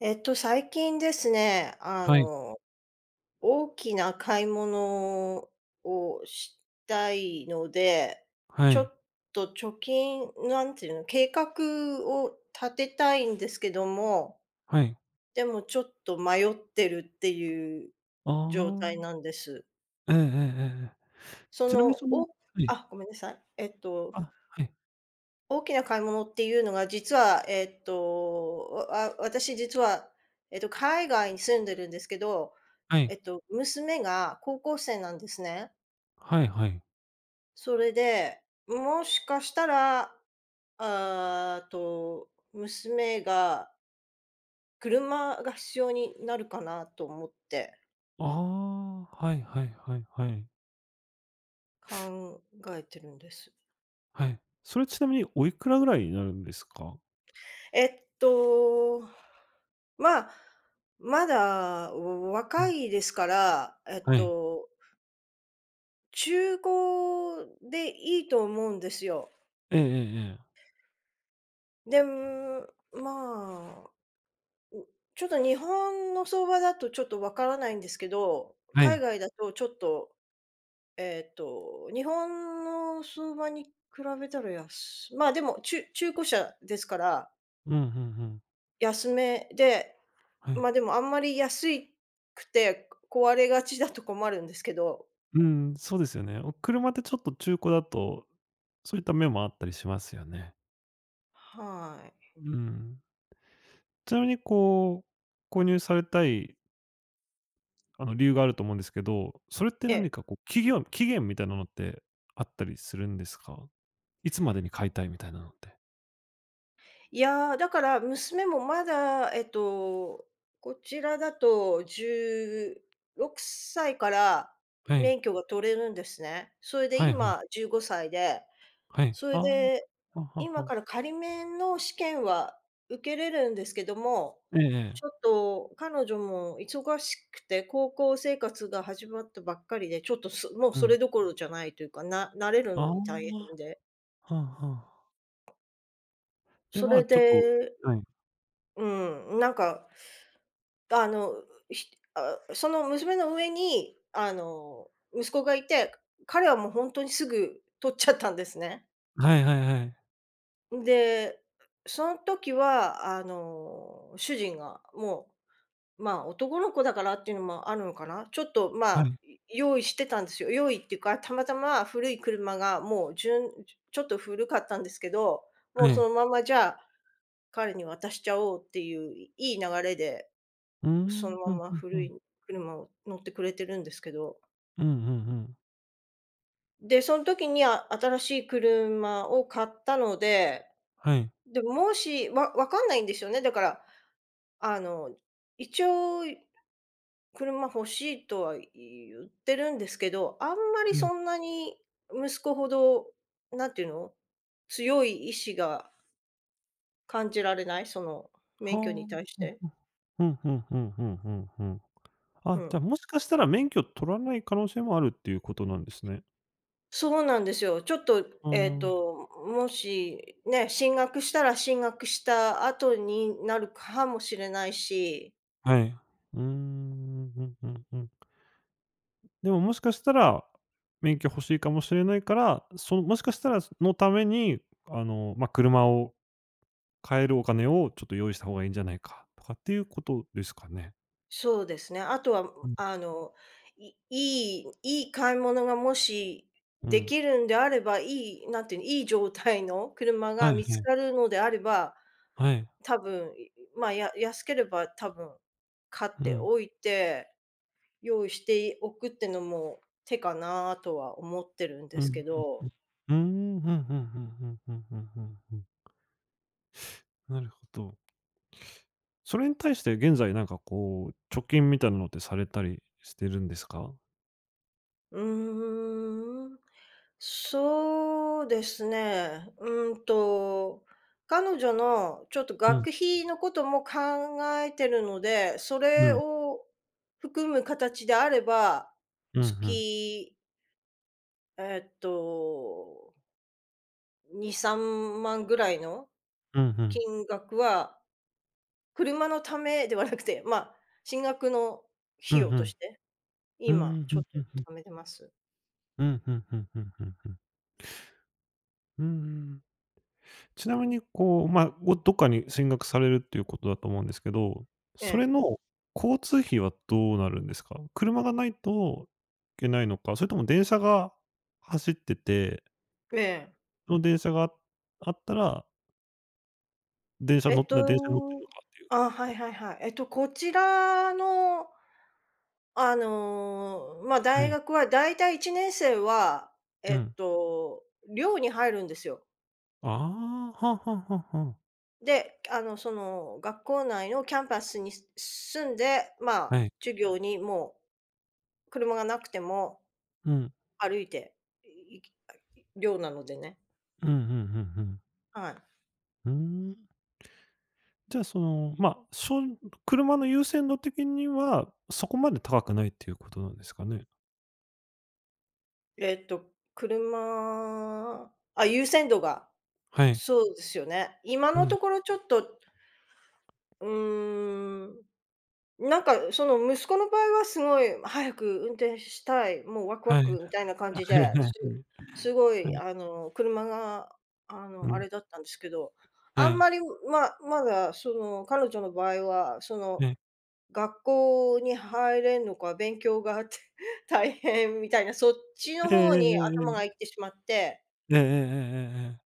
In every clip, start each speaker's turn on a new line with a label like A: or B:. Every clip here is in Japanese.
A: 最近ですね、
B: はい。
A: 大きな買い物をしたいので、
B: は
A: ちょ
B: い。
A: っと貯金、なんていうの、計画を立てたいんですけども、
B: はい。
A: でもちょっと迷ってるっていう
B: あ
A: 状態
B: あ。
A: なんです。
B: ええええええ。
A: そ
B: ちな
A: の、
B: みにその、
A: お
B: はい。
A: あ、ごめんなさい。
B: あ、はい。
A: 大きな買い物っていうのが、実は、私実は、海外に住んでるんですけど、
B: はい。
A: 娘が高校生なんですね。
B: はいはい。
A: それで、もしかしたら、あーと、娘が車が必要になるかなと思って
B: ああ、はいはいはいはい。
A: 考えてるんです。
B: はい。それちなみにおいくらぐらいになるんですか？
A: えっと、まあ、まだ
B: う
A: 若
B: ん、
A: いですから、
B: はい。
A: 中古でいいと思うんですよ。
B: ええええええ。
A: で、まあ、ちょっと日本の相場だとちょっとわからないんですけど、
B: は
A: 海
B: い。
A: 外だとちょっと、日本の相場に比べたら安まあ、でも、中古車ですから
B: うん、うんうん。
A: 安めで、
B: は
A: まあ、
B: い。
A: でもあんまり安くて壊れがちだと困るんですけど、
B: うーん、そうですよね。お車ってちょっと中古だと、そういった面もあったりしますよね。
A: はい。
B: うん。ちなみにこう、購入されたい、あの、理由があると思うんですけど、それって
A: ええ。
B: 何かこう、期限みたいなのってあったりするんですか？いつまでに買いたいみたいなのって。
A: いやー、だから娘もまだ、こちらだと16歳から
B: はい。
A: 免許が取れるんですね。それで
B: はいはい。
A: 今15歳で、
B: はい。
A: そ
B: あ
A: れで、
B: あ、はは
A: 今
B: は。
A: から仮免の試験は受けれるんですけども、
B: えええ
A: ち
B: え。
A: ょっと彼女も忙しくて、高校生活が始まったばっかりで、ちょっと、もう
B: う
A: そ
B: ん。
A: れどころじゃないというか、慣れるの
B: あ
A: に大変
B: あ、
A: で。
B: はんはん。で、
A: そ
B: ま
A: れ
B: あ、ちょっと、
A: で、
B: はい。
A: うん、なんかあの、ひあ、その娘の上に、息子がいて、彼はもうほんとにすぐ取っちゃったんですね。
B: はいはいはい。
A: で、その時は、主人がもう、まあ、男の子だからっていうのもあるのかな、ちょっと、
B: は
A: まあ、
B: い。
A: 用意してたんですよ。用意っていうか、たまたま古い車がもうじゅんちょっと古かったんですけど、もう
B: はい。
A: そのままじゃあ、彼に渡しちゃおうっていういい流れで
B: うー
A: そ
B: ん、
A: の
B: ふ
A: ま
B: ん
A: ま
B: ふんふ
A: 古
B: ん。
A: い車を乗ってくれてるんですけど。
B: うんうんうん。
A: で、そん時に、新しい車を買ったので、
B: はい。
A: でも、もし、わかんないんですよね。だから、あの、一応車欲しいとは言ってるんですけど、あんまり
B: はい。
A: そんなに息子ほど、なんていうの、強い意志が感じられない、その免許に
B: は
A: 対し
B: あ、ふん。
A: て。
B: ふんふんふんふんふんふん。
A: う
B: あ、じゃ
A: ん。
B: あ、もしかしたら免許取らない可能性もあるっていうことなんですね。
A: そうなんですよ。ちょっと、
B: ああ。
A: もし、ね、進学したら進学した後になるかもしれないし、
B: はい。うーん、うんうんうん。でももしかしたら、免許欲しいかもしれないから、そのもしかしたら、のために、あの、ま、車を買えるお金をちょっと用意した方がいいんじゃないかとかっていうことですかね？
A: そうですね。あとは、
B: うん、
A: あの、いいいいい買い物がもし
B: う
A: で
B: ん。
A: きるんであれば、いい、なんていうの、いい状態の車が
B: はい
A: 見
B: は
A: つ
B: い、
A: かるのであれば、
B: はい。
A: 多分、いまあ、安ければ多分買っ
B: う
A: て
B: ん、
A: おいて、用意しておくってのも手かなとは思ってるんで
B: うん、う
A: す
B: ん、
A: け
B: う
A: ど。
B: ん。うーん、ふんふんふんふんふんふんふんふん。なるほど。それに対して現在なんかこう、貯金みたいなのってされたりしてるんですか？
A: うーん。そうですね。うーんと、彼女のちょっと
B: うん、
A: 学費のことも考えてるので、そ
B: う
A: れ
B: ん、
A: を含む形であれば、
B: うん、うん。うん、ん。
A: 月、えっと、2、3万ぐらいの
B: うん、ん。
A: 金額は、車のためではなくて、まあ、進学の
B: う
A: 費
B: ん、
A: 用とし
B: ん。
A: て、
B: う
A: 今
B: ん、ふ
A: ちょ
B: ん
A: っ
B: ふんふん。
A: と貯めてます。
B: うん、ふんふんふんふんふん。うんうんうん。ちなみにこう、ま、どっかに進学されるっていうことだと思うんですけど、
A: え
B: それ
A: え。
B: の交通費はどうなるんですか？車がないといけないのか、それとも電車が走ってて、
A: ええ。
B: その電車があったら、
A: えっ
B: 電車に乗ってる
A: と、
B: のかっていう。
A: あ、はいはいはい。こちらの、まあ、
B: は
A: 大
B: い。
A: 学は大体1年生は、
B: う
A: えっ
B: ん。
A: と、寮に入るんですよ。
B: ああ、はあはあはあはあ。
A: で、学校内のキャンパスに住んで、まあ、
B: はい。
A: 授業にも車がなくても
B: うん。
A: 歩いて、寮なのでね。
B: うん、うんうんうん。
A: はい。
B: うーん。じゃあ、その、まあ、車の優先度的には、そこまで高くないっていうことなんですかね？
A: 優先度が、
B: はい。
A: そうですよね。今
B: う
A: の
B: ん。
A: ところちょっとうーん。なんか、その、息子の場合はすごい早く運転したい、もうワクワ
B: はい。
A: クみたいな感
B: あ、は
A: じ
B: いは
A: で、
B: いはい
A: すごい、
B: はい。
A: 車が、
B: う
A: あ
B: ん。
A: れだったんですけど、あ
B: は
A: ん
B: い。
A: まり、まだ、その、彼女の場合は、その、
B: はい。
A: 学校に入れんのか、勉強が 大変みたいな、そっちの
B: えええ
A: 方
B: ええ
A: に
B: え
A: 頭
B: え
A: が行っ
B: え。
A: てしまって
B: ええええええええええええ。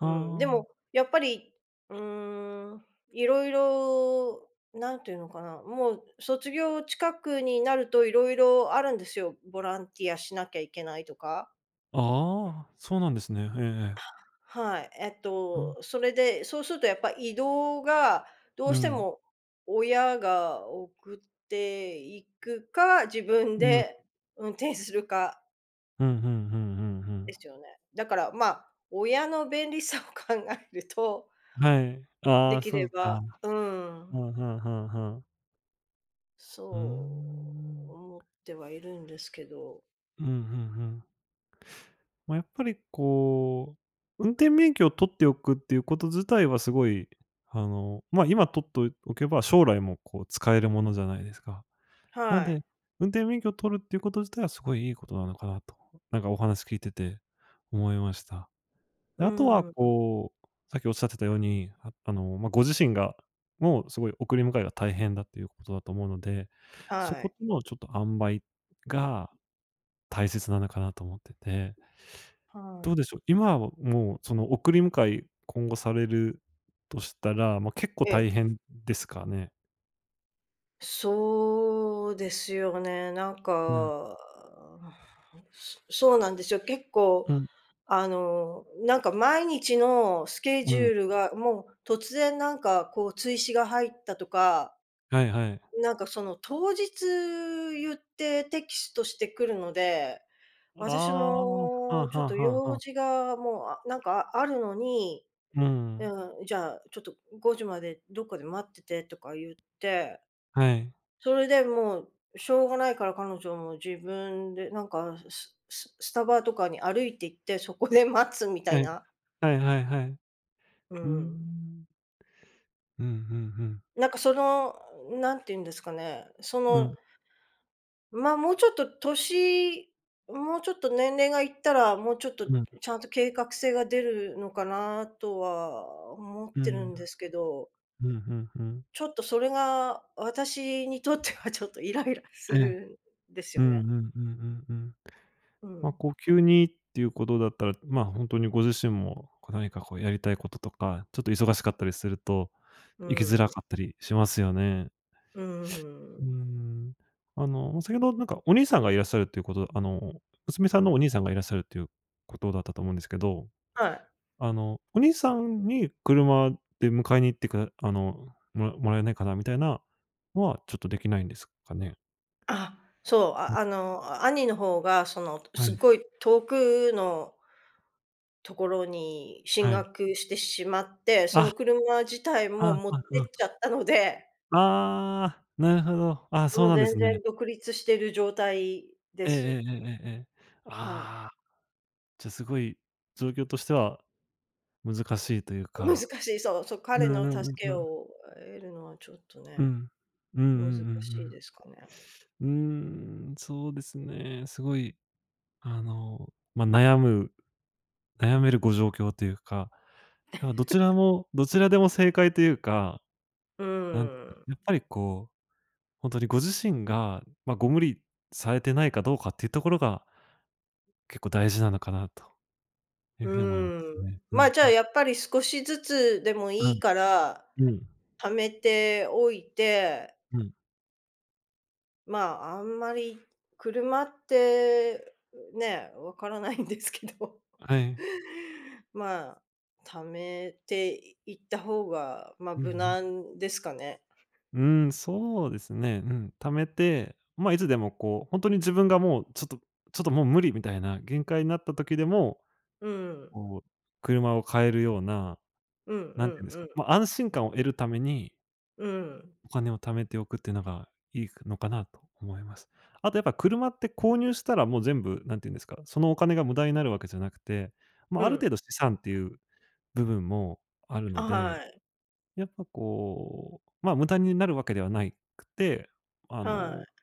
A: うん、でも、
B: あ。
A: やっぱり、うーん、いろいろ、なんていうのかな、もう卒業近くになるといろいろあるんですよ。ボランティアしなきゃいけないとか。
B: ああ、そうなんですね。ええええ。
A: はい。
B: うん。
A: それで、そうするとやっぱ移動が、どう
B: う
A: して
B: ん。
A: も親が送っていくか、自分
B: うん。
A: で運転するか
B: ふんふんふんふんふ
A: で
B: ん。
A: すよね。だから、まあ、親の便利さを考えると、
B: はい。あ
A: で
B: あ、
A: き
B: そ
A: れ
B: う
A: ば
B: か。
A: う
B: ふ
A: ん。
B: んふんふんふん。うー
A: そう、
B: ん。
A: 思ってはいるんですけど。
B: うん、ふんふん。まあ、やっぱりこう、運転免許を取っておくっていうこと自体はすごい、あの、ま、今取っておけば将来もこう使えるものじゃないですか。なの
A: は
B: で、
A: い。
B: 運転免許を取るっていうこと自体はすごいいいことなのかなと、なんかお話聞いてて思いました。で、
A: う
B: あとは
A: ん。
B: こう、さっきおっしゃってたように、まあ、ご自身がもうすごい送り迎えが大変だっていうことだと思うので、そ
A: は
B: こ
A: い。
B: とのちょっと塩梅が大切なのかなと思ってて、
A: は
B: どう
A: い。
B: でしょう、今はもうその送り迎え、今後されるとしたら、ま、結構
A: ええ、
B: 大変ですかね？
A: そうですよね。なん
B: うん、
A: か、そうなんですよ。結構、
B: うん、
A: なんか毎日のスケ
B: う
A: ジュ
B: ん。
A: ールが、もう突然なんかこう追試が入ったとか、
B: はいはい。
A: なんかその当日言ってテキストしてくるので
B: あ
A: 私
B: あ、はあ
A: も
B: は
A: ちょっ
B: あ
A: と
B: はあは
A: 用事
B: あ。
A: がもう、あ、なんかあるのに、
B: う
A: う
B: ん。
A: ん、じゃあちょっと5時までどっかで待っててとか言って、
B: はい。
A: それでもしょうがないから彼女も自分でなんか、スタバとかに歩いて行って、そこで待つみた
B: は
A: い
B: い。
A: な。
B: はいはいはい。う
A: う
B: ー
A: ん。
B: ん。うんうんうん。
A: なんかその、なんて言うんですかね、そ
B: う
A: の
B: ん、
A: まあ、もうちょっと年齢がいったら、もうちょっと
B: うん、
A: ちゃんと計画性が出るのかなとは思っ
B: うん、
A: てるんで
B: う
A: すけど、
B: ん、うん、うん。
A: ちょっとそれが私にとってはちょっとイライラす
B: ええ。
A: るんです
B: うん
A: よ
B: う
A: ね。
B: んうんうんうん。
A: う
B: まあ、
A: ん。
B: こう急にっていうことだったら、まあ、本当にご自身も、こう何かこうやりたいこととか、ちょっと忙しかったりすると、
A: う
B: 行きづら
A: ん。
B: かったりしますよね。
A: う
B: うー
A: ん。
B: ん。あの、先ほどなんかお兄さんがいらっしゃるっていうこと、あの、娘さんのお兄さんがいらっしゃるっていうことだったと思うんですけど、
A: はい。
B: あの、お兄さんに車で迎えに行ってくだあの、もらえないかなみたいなのは、ちょっとできないんですかね？
A: あ、そう、
B: うん、
A: 兄の方がその、
B: は
A: すっ
B: い、
A: ごい遠くのところに進
B: はい。
A: 学してしまって、そ
B: あ、
A: の車自体
B: あ
A: も持
B: あ
A: ってっ
B: あ。
A: ちゃったので
B: ああ、なるほど。あ、そ
A: も
B: う
A: う
B: なんで
A: 全
B: す
A: 然
B: ね。
A: 独立してる状態で
B: ええええ
A: す。
B: ええええ。
A: はい。
B: ああ、じゃ、すごい状況としては難しいという
A: 難
B: か。
A: しい、そう、そう、
B: う
A: 彼の
B: んうん
A: 助
B: うん
A: け
B: うん。
A: を得るのはちょっと
B: う
A: ね、
B: ん。うんうんうんう
A: 難しい
B: ん。
A: ですかね。
B: うーん、そうですね。すごい、あの、ま、悩めるご状況というか、なんかどちらもどちらでも正解というか、
A: う
B: なん
A: ん。
B: やっぱりこう、ほんとにご自身が、ま、ご無理されてないかどうかっていうところが、結構大事なのかなという
A: う
B: ふうに思いま
A: ん。
B: すね。う
A: まあ、じゃあ、
B: ん、
A: やっぱり少しずつでも
B: う
A: いい
B: ん、
A: から、
B: うん、
A: 貯めておいて、
B: うん。
A: まあ、あんまり車って、ね、わからないんですけど、
B: はい。
A: まあ、貯めていった方が、まあ、
B: うんう
A: 無
B: ん。
A: 難ですかね。
B: うーん、そうですね。うん、貯めて、まあ、いつでもこう、本当に自分がもうちょっとちょっともう無理みたいな限界になった時でも、
A: うん。
B: こう、車を買えるような、
A: うんう
B: なんていう
A: ん
B: んです
A: う
B: か、
A: ん。
B: まあ、安心感を得るために、
A: うん。
B: お金を貯めておくっていうのがいいのかなと思います。あとやっぱ車って購入したらもう全部、なんていうんですか、そのお金が無駄になるわけじゃなくて、ま
A: う
B: あ、ある
A: ん。
B: 程度資産っていう部分もある
A: あ、
B: ので、
A: はい。
B: やっぱこう、まあ、無駄になるわけではないくて、あ
A: は
B: の、
A: い。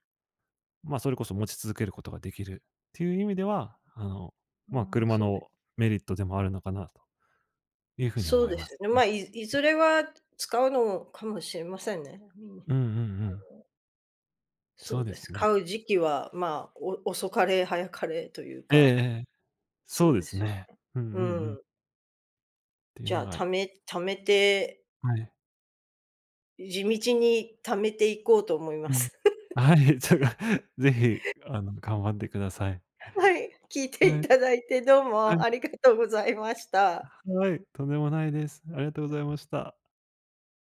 B: まあ、それこそ持ち続けることができるっていう意味では、あの、
A: う
B: まあ、
A: ん。
B: 車のメリットでもあるのかなというふうに
A: そ
B: 思
A: う
B: い
A: で
B: ま
A: すよ
B: す
A: ね。ま
B: ね。
A: あ、いずれは使うのかもしれませんね。うん。
B: うんうんうん。そ
A: そ
B: う
A: う
B: で
A: で
B: す
A: す。
B: ね。
A: 買う時期は、まあ、遅かれ早かれという
B: ええ
A: か、
B: ええ。
A: そ
B: そう
A: う
B: で
A: で
B: す
A: すよ
B: ね。
A: ね。
B: うんう
A: う
B: んうん。っ
A: ん。
B: ていう
A: じゃ
B: の
A: あ、
B: が、
A: 貯めて、
B: はい。
A: 地道に貯めていこうと思いま
B: うん。
A: す。
B: はい、ちょっと ぜひ、あの、頑張ってください。
A: はい、聞いて
B: は
A: い
B: い、
A: ただいてどう
B: は
A: も
B: い、
A: ありがとうございました。
B: はい、とんでもないです。ありがとうございました。